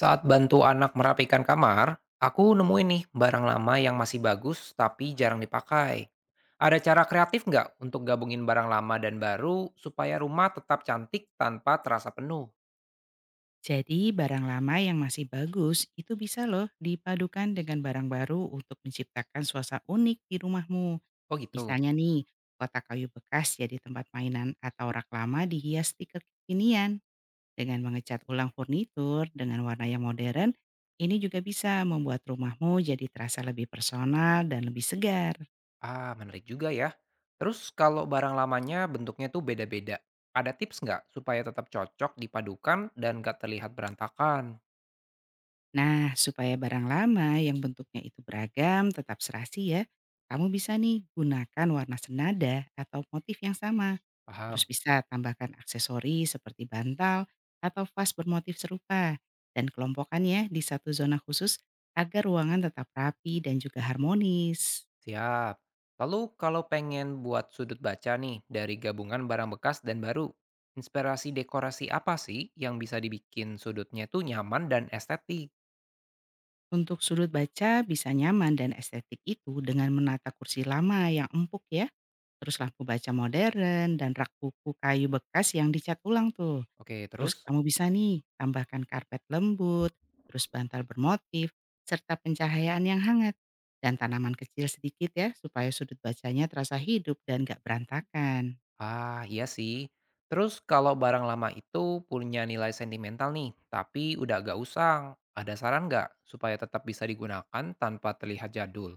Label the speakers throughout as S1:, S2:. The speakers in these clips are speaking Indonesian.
S1: Saat bantu anak merapikan kamar, aku nemuin nih barang lama yang masih bagus tapi jarang dipakai. Ada cara kreatif nggak untuk gabungin barang lama dan baru supaya rumah tetap cantik tanpa terasa penuh?
S2: Jadi barang lama yang masih bagus itu bisa loh dipadukan dengan barang baru untuk menciptakan suasana unik di rumahmu.
S1: Oh gitu.
S2: Misalnya nih, kotak kayu bekas jadi tempat mainan atau rak lama dihias stiker kekinian. Dengan mengecat ulang furnitur dengan warna yang modern, ini juga bisa membuat rumahmu jadi terasa lebih personal dan lebih segar.
S1: Ah, menarik juga ya. Terus kalau barang lamanya bentuknya tuh beda-beda, ada tips nggak supaya tetap cocok dipadukan dan nggak terlihat berantakan?
S2: Nah, supaya barang lama yang bentuknya itu beragam tetap serasi ya, kamu bisa nih gunakan warna senada atau motif yang sama. Terus
S1: Paham.
S2: bisa tambahkan aksesori seperti bantal atau vas bermotif serupa dan kelompokannya di satu zona khusus agar ruangan tetap rapi dan juga harmonis.
S1: Siap. Lalu kalau pengen buat sudut baca nih dari gabungan barang bekas dan baru, inspirasi dekorasi apa sih yang bisa dibikin sudutnya tuh nyaman dan estetik?
S2: Untuk sudut baca bisa nyaman dan estetik itu dengan menata kursi lama yang empuk ya. Terus lampu baca modern dan rak buku kayu bekas yang dicat ulang tuh.
S1: Oke,
S2: Terus
S1: terus?
S2: kamu bisa nih tambahkan karpet lembut, terus bantal bermotif, serta pencahayaan yang hangat. Dan tanaman kecil sedikit ya, supaya sudut bacanya terasa hidup dan gak berantakan.
S1: Ah, iya sih. Terus kalau barang lama itu punya nilai sentimental nih, tapi udah agak usang. Ada saran nggak supaya tetap bisa digunakan tanpa terlihat jadul?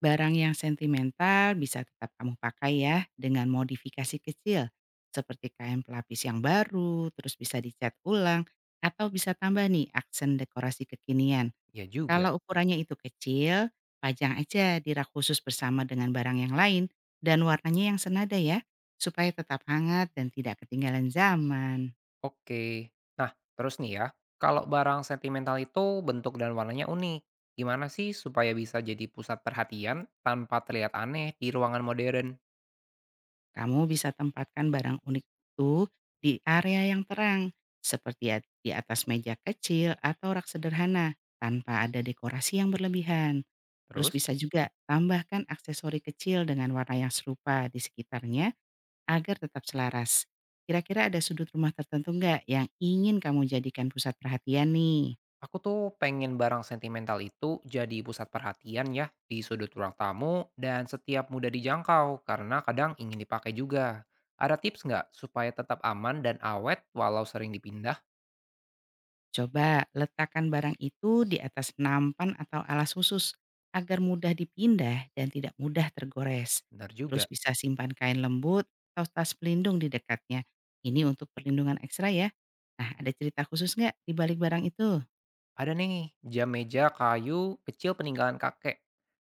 S2: Barang yang sentimental bisa tetap kamu pakai ya dengan modifikasi kecil. Seperti kain pelapis yang baru, terus bisa dicat ulang, atau bisa tambah nih aksen dekorasi kekinian.
S1: Ya juga.
S2: Kalau ukurannya itu kecil, pajang aja di rak khusus bersama dengan barang yang lain dan warnanya yang senada ya, supaya tetap hangat dan tidak ketinggalan zaman.
S1: Oke. Nah, terus nih ya, kalau barang sentimental itu bentuk dan warnanya unik, gimana sih supaya bisa jadi pusat perhatian tanpa terlihat aneh di ruangan modern?
S2: Kamu bisa tempatkan barang unik itu di area yang terang, seperti di atas meja kecil atau rak sederhana, tanpa ada dekorasi yang berlebihan. Terus
S1: Terus,
S2: bisa juga tambahkan aksesori kecil dengan warna yang serupa di sekitarnya, agar tetap selaras. Kira-kira ada sudut rumah tertentu nggak yang ingin kamu jadikan pusat perhatian nih?
S1: aku tuh pengen barang sentimental itu jadi pusat perhatian ya di sudut ruang tamu dan setiap mudah dijangkau karena kadang ingin dipakai juga. Ada tips nggak supaya tetap aman dan awet walau sering dipindah?
S2: Coba letakkan barang itu di atas nampan atau alas khusus agar mudah dipindah dan tidak mudah tergores.
S1: Benar
S2: Terus
S1: juga.
S2: bisa simpan kain lembut atau tas pelindung di dekatnya. Ini untuk perlindungan ekstra ya. Nah, ada cerita khusus nggak di balik barang itu?
S1: Ada nih, jam meja kayu kecil peninggalan kakek.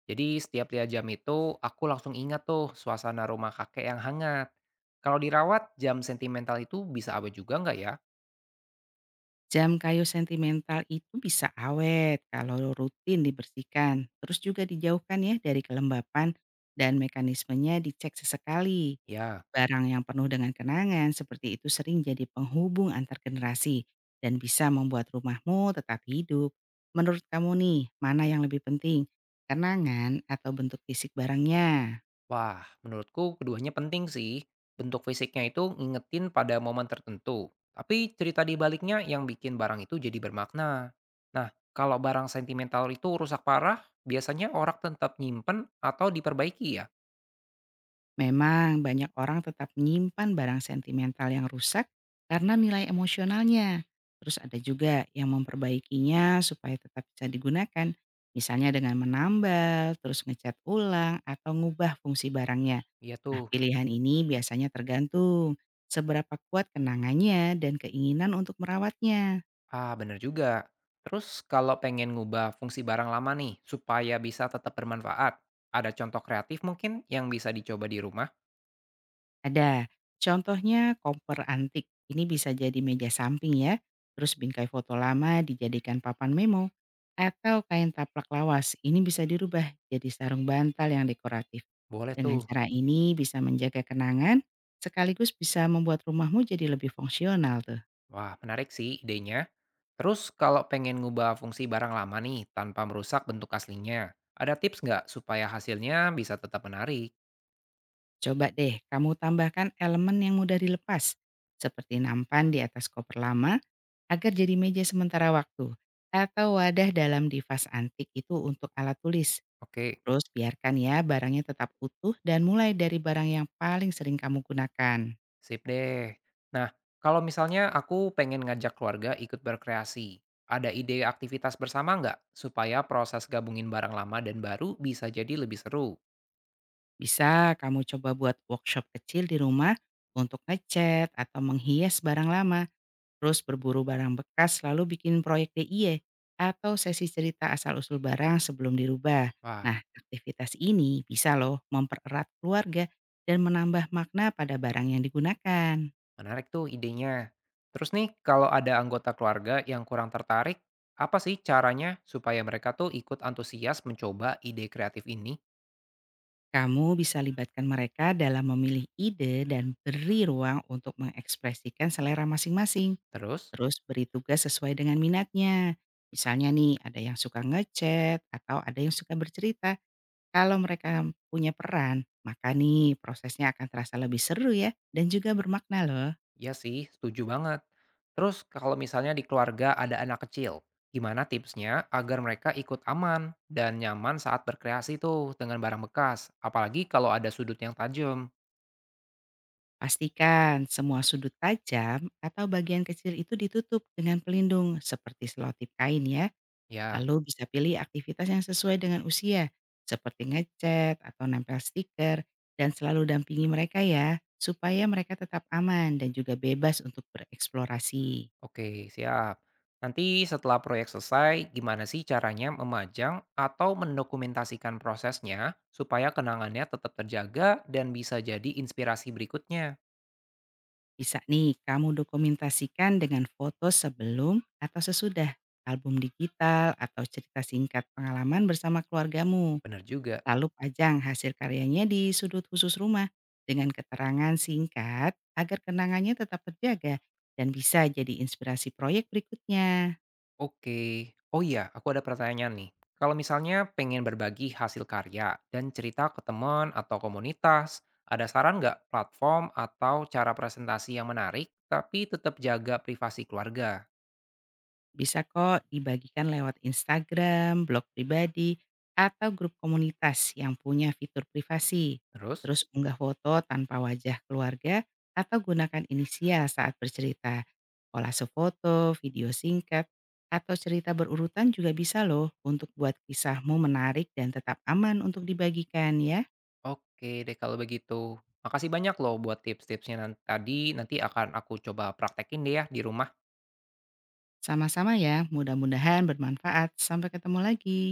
S1: Jadi setiap lihat jam itu, aku langsung ingat tuh suasana rumah kakek yang hangat. Kalau dirawat, jam sentimental itu bisa awet juga nggak ya?
S2: Jam kayu sentimental itu bisa awet kalau rutin dibersihkan. Terus juga dijauhkan ya dari kelembapan dan mekanismenya dicek sesekali.
S1: Ya,
S2: Barang yang penuh dengan kenangan seperti itu sering jadi penghubung antar generasi dan bisa membuat rumahmu tetap hidup. Menurut kamu nih, mana yang lebih penting? Kenangan atau bentuk fisik barangnya?
S1: wah menurutku keduanya penting sih. Bentuk fisiknya itu ngingetin pada momen tertentu. Tapi cerita di baliknya yang bikin barang itu jadi bermakna. Nah, kalau barang sentimental itu rusak parah, biasanya orang tetap nyimpen atau diperbaiki ya?
S2: Memang banyak orang tetap menyimpan barang sentimental yang rusak karena nilai emosionalnya. Terus ada juga yang memperbaikinya supaya tetap bisa digunakan. Misalnya dengan menambal, terus ngecat ulang, atau ngubah fungsi barangnya.
S1: Iya
S2: Nah,
S1: tuh.
S2: pilihan ini biasanya tergantung seberapa kuat kenangannya dan keinginan untuk merawatnya.
S1: Ah, bener juga. Terus kalau pengen ngubah fungsi barang lama nih, supaya bisa tetap bermanfaat, ada contoh kreatif mungkin yang bisa dicoba di rumah?
S2: Ada. Contohnya kompor antik. Ini bisa jadi meja samping ya. Terus bingkai foto lama dijadikan papan memo. Atau kain taplak lawas. Ini bisa dirubah jadi sarung bantal yang dekoratif.
S1: Boleh
S2: Dengan
S1: tuh.
S2: cara ini bisa menjaga kenangan. Sekaligus bisa membuat rumahmu jadi lebih fungsional tuh.
S1: Wah, menarik sih idenya. Terus kalau pengen ngubah fungsi barang lama nih, tanpa merusak bentuk aslinya, ada tips nggak supaya hasilnya bisa tetap menarik?
S2: Coba deh kamu tambahkan elemen yang mudah dilepas. Seperti nampan di atas koper lama agar jadi meja sementara waktu. Atau wadah dalam divas antik itu untuk alat tulis.
S1: Oke.
S2: Terus biarkan ya barangnya tetap utuh dan mulai dari barang yang paling sering kamu gunakan.
S1: Sip deh. Nah, kalau misalnya aku pengen ngajak keluarga ikut berkreasi, ada ide aktivitas bersama nggak supaya proses gabungin barang lama dan baru bisa jadi lebih seru?
S2: Bisa kamu coba buat workshop kecil di rumah untuk ngecat atau menghias barang lama. Terus berburu barang bekas lalu bikin proyek DIY atau sesi cerita asal-usul barang sebelum dirubah.
S1: Wah,
S2: Nah, aktivitas ini bisa loh mempererat keluarga dan menambah makna pada barang yang digunakan.
S1: menarik tuh idenya. Terus nih, kalau ada anggota keluarga yang kurang tertarik, apa sih caranya supaya mereka tuh ikut antusias mencoba ide kreatif ini?
S2: Kamu bisa libatkan mereka dalam memilih ide dan beri ruang untuk mengekspresikan selera masing-masing.
S1: Terus?
S2: Terus beri tugas sesuai dengan minatnya. Misalnya nih, ada yang suka ngechat atau ada yang suka bercerita. Kalau mereka punya peran, maka nih prosesnya akan terasa lebih seru ya dan juga bermakna loh.
S1: Iya sih, setuju banget. Terus kalau misalnya di keluarga ada anak kecil, gimana tipsnya agar mereka ikut aman dan nyaman saat berkreasi tuh dengan barang bekas, apalagi kalau ada sudut yang tajam?
S2: Pastikan semua sudut tajam atau bagian kecil itu ditutup dengan pelindung seperti selotip kain ya.
S1: Ya,
S2: Lalu bisa pilih aktivitas yang sesuai dengan usia, seperti ngecat atau nempel stiker, dan selalu dampingi mereka ya, supaya mereka tetap aman dan juga bebas untuk bereksplorasi.
S1: oke, siap. Nanti setelah proyek selesai, gimana sih caranya memajang atau mendokumentasikan prosesnya supaya kenangannya tetap terjaga dan bisa jadi inspirasi berikutnya?
S2: Bisa nih kamu dokumentasikan dengan foto sebelum atau sesudah, album digital atau cerita singkat pengalaman bersama keluargamu.
S1: Bener juga.
S2: Lalu pajang hasil karyanya di sudut khusus rumah dengan keterangan singkat agar kenangannya tetap terjaga dan bisa jadi inspirasi proyek berikutnya.
S1: Oke. Oh iya, aku ada pertanyaan nih. Kalau misalnya pengen berbagi hasil karya dan cerita ke teman atau komunitas, ada saran nggak platform atau cara presentasi yang menarik tapi tetap jaga privasi keluarga?
S2: Bisa kok dibagikan lewat Instagram, blog pribadi, atau grup komunitas yang punya fitur privasi.
S1: Terus?
S2: Terus unggah foto tanpa wajah keluarga atau gunakan inisial saat bercerita. Kolase foto, video singkat, atau cerita berurutan juga bisa loh untuk buat kisahmu menarik dan tetap aman untuk dibagikan ya.
S1: Oke deh kalau begitu. Makasih banyak loh buat tips-tipsnya tadi. Nanti akan aku coba praktekin deh ya di rumah.
S2: Sama-sama ya, mudah-mudahan bermanfaat. Sampai ketemu lagi.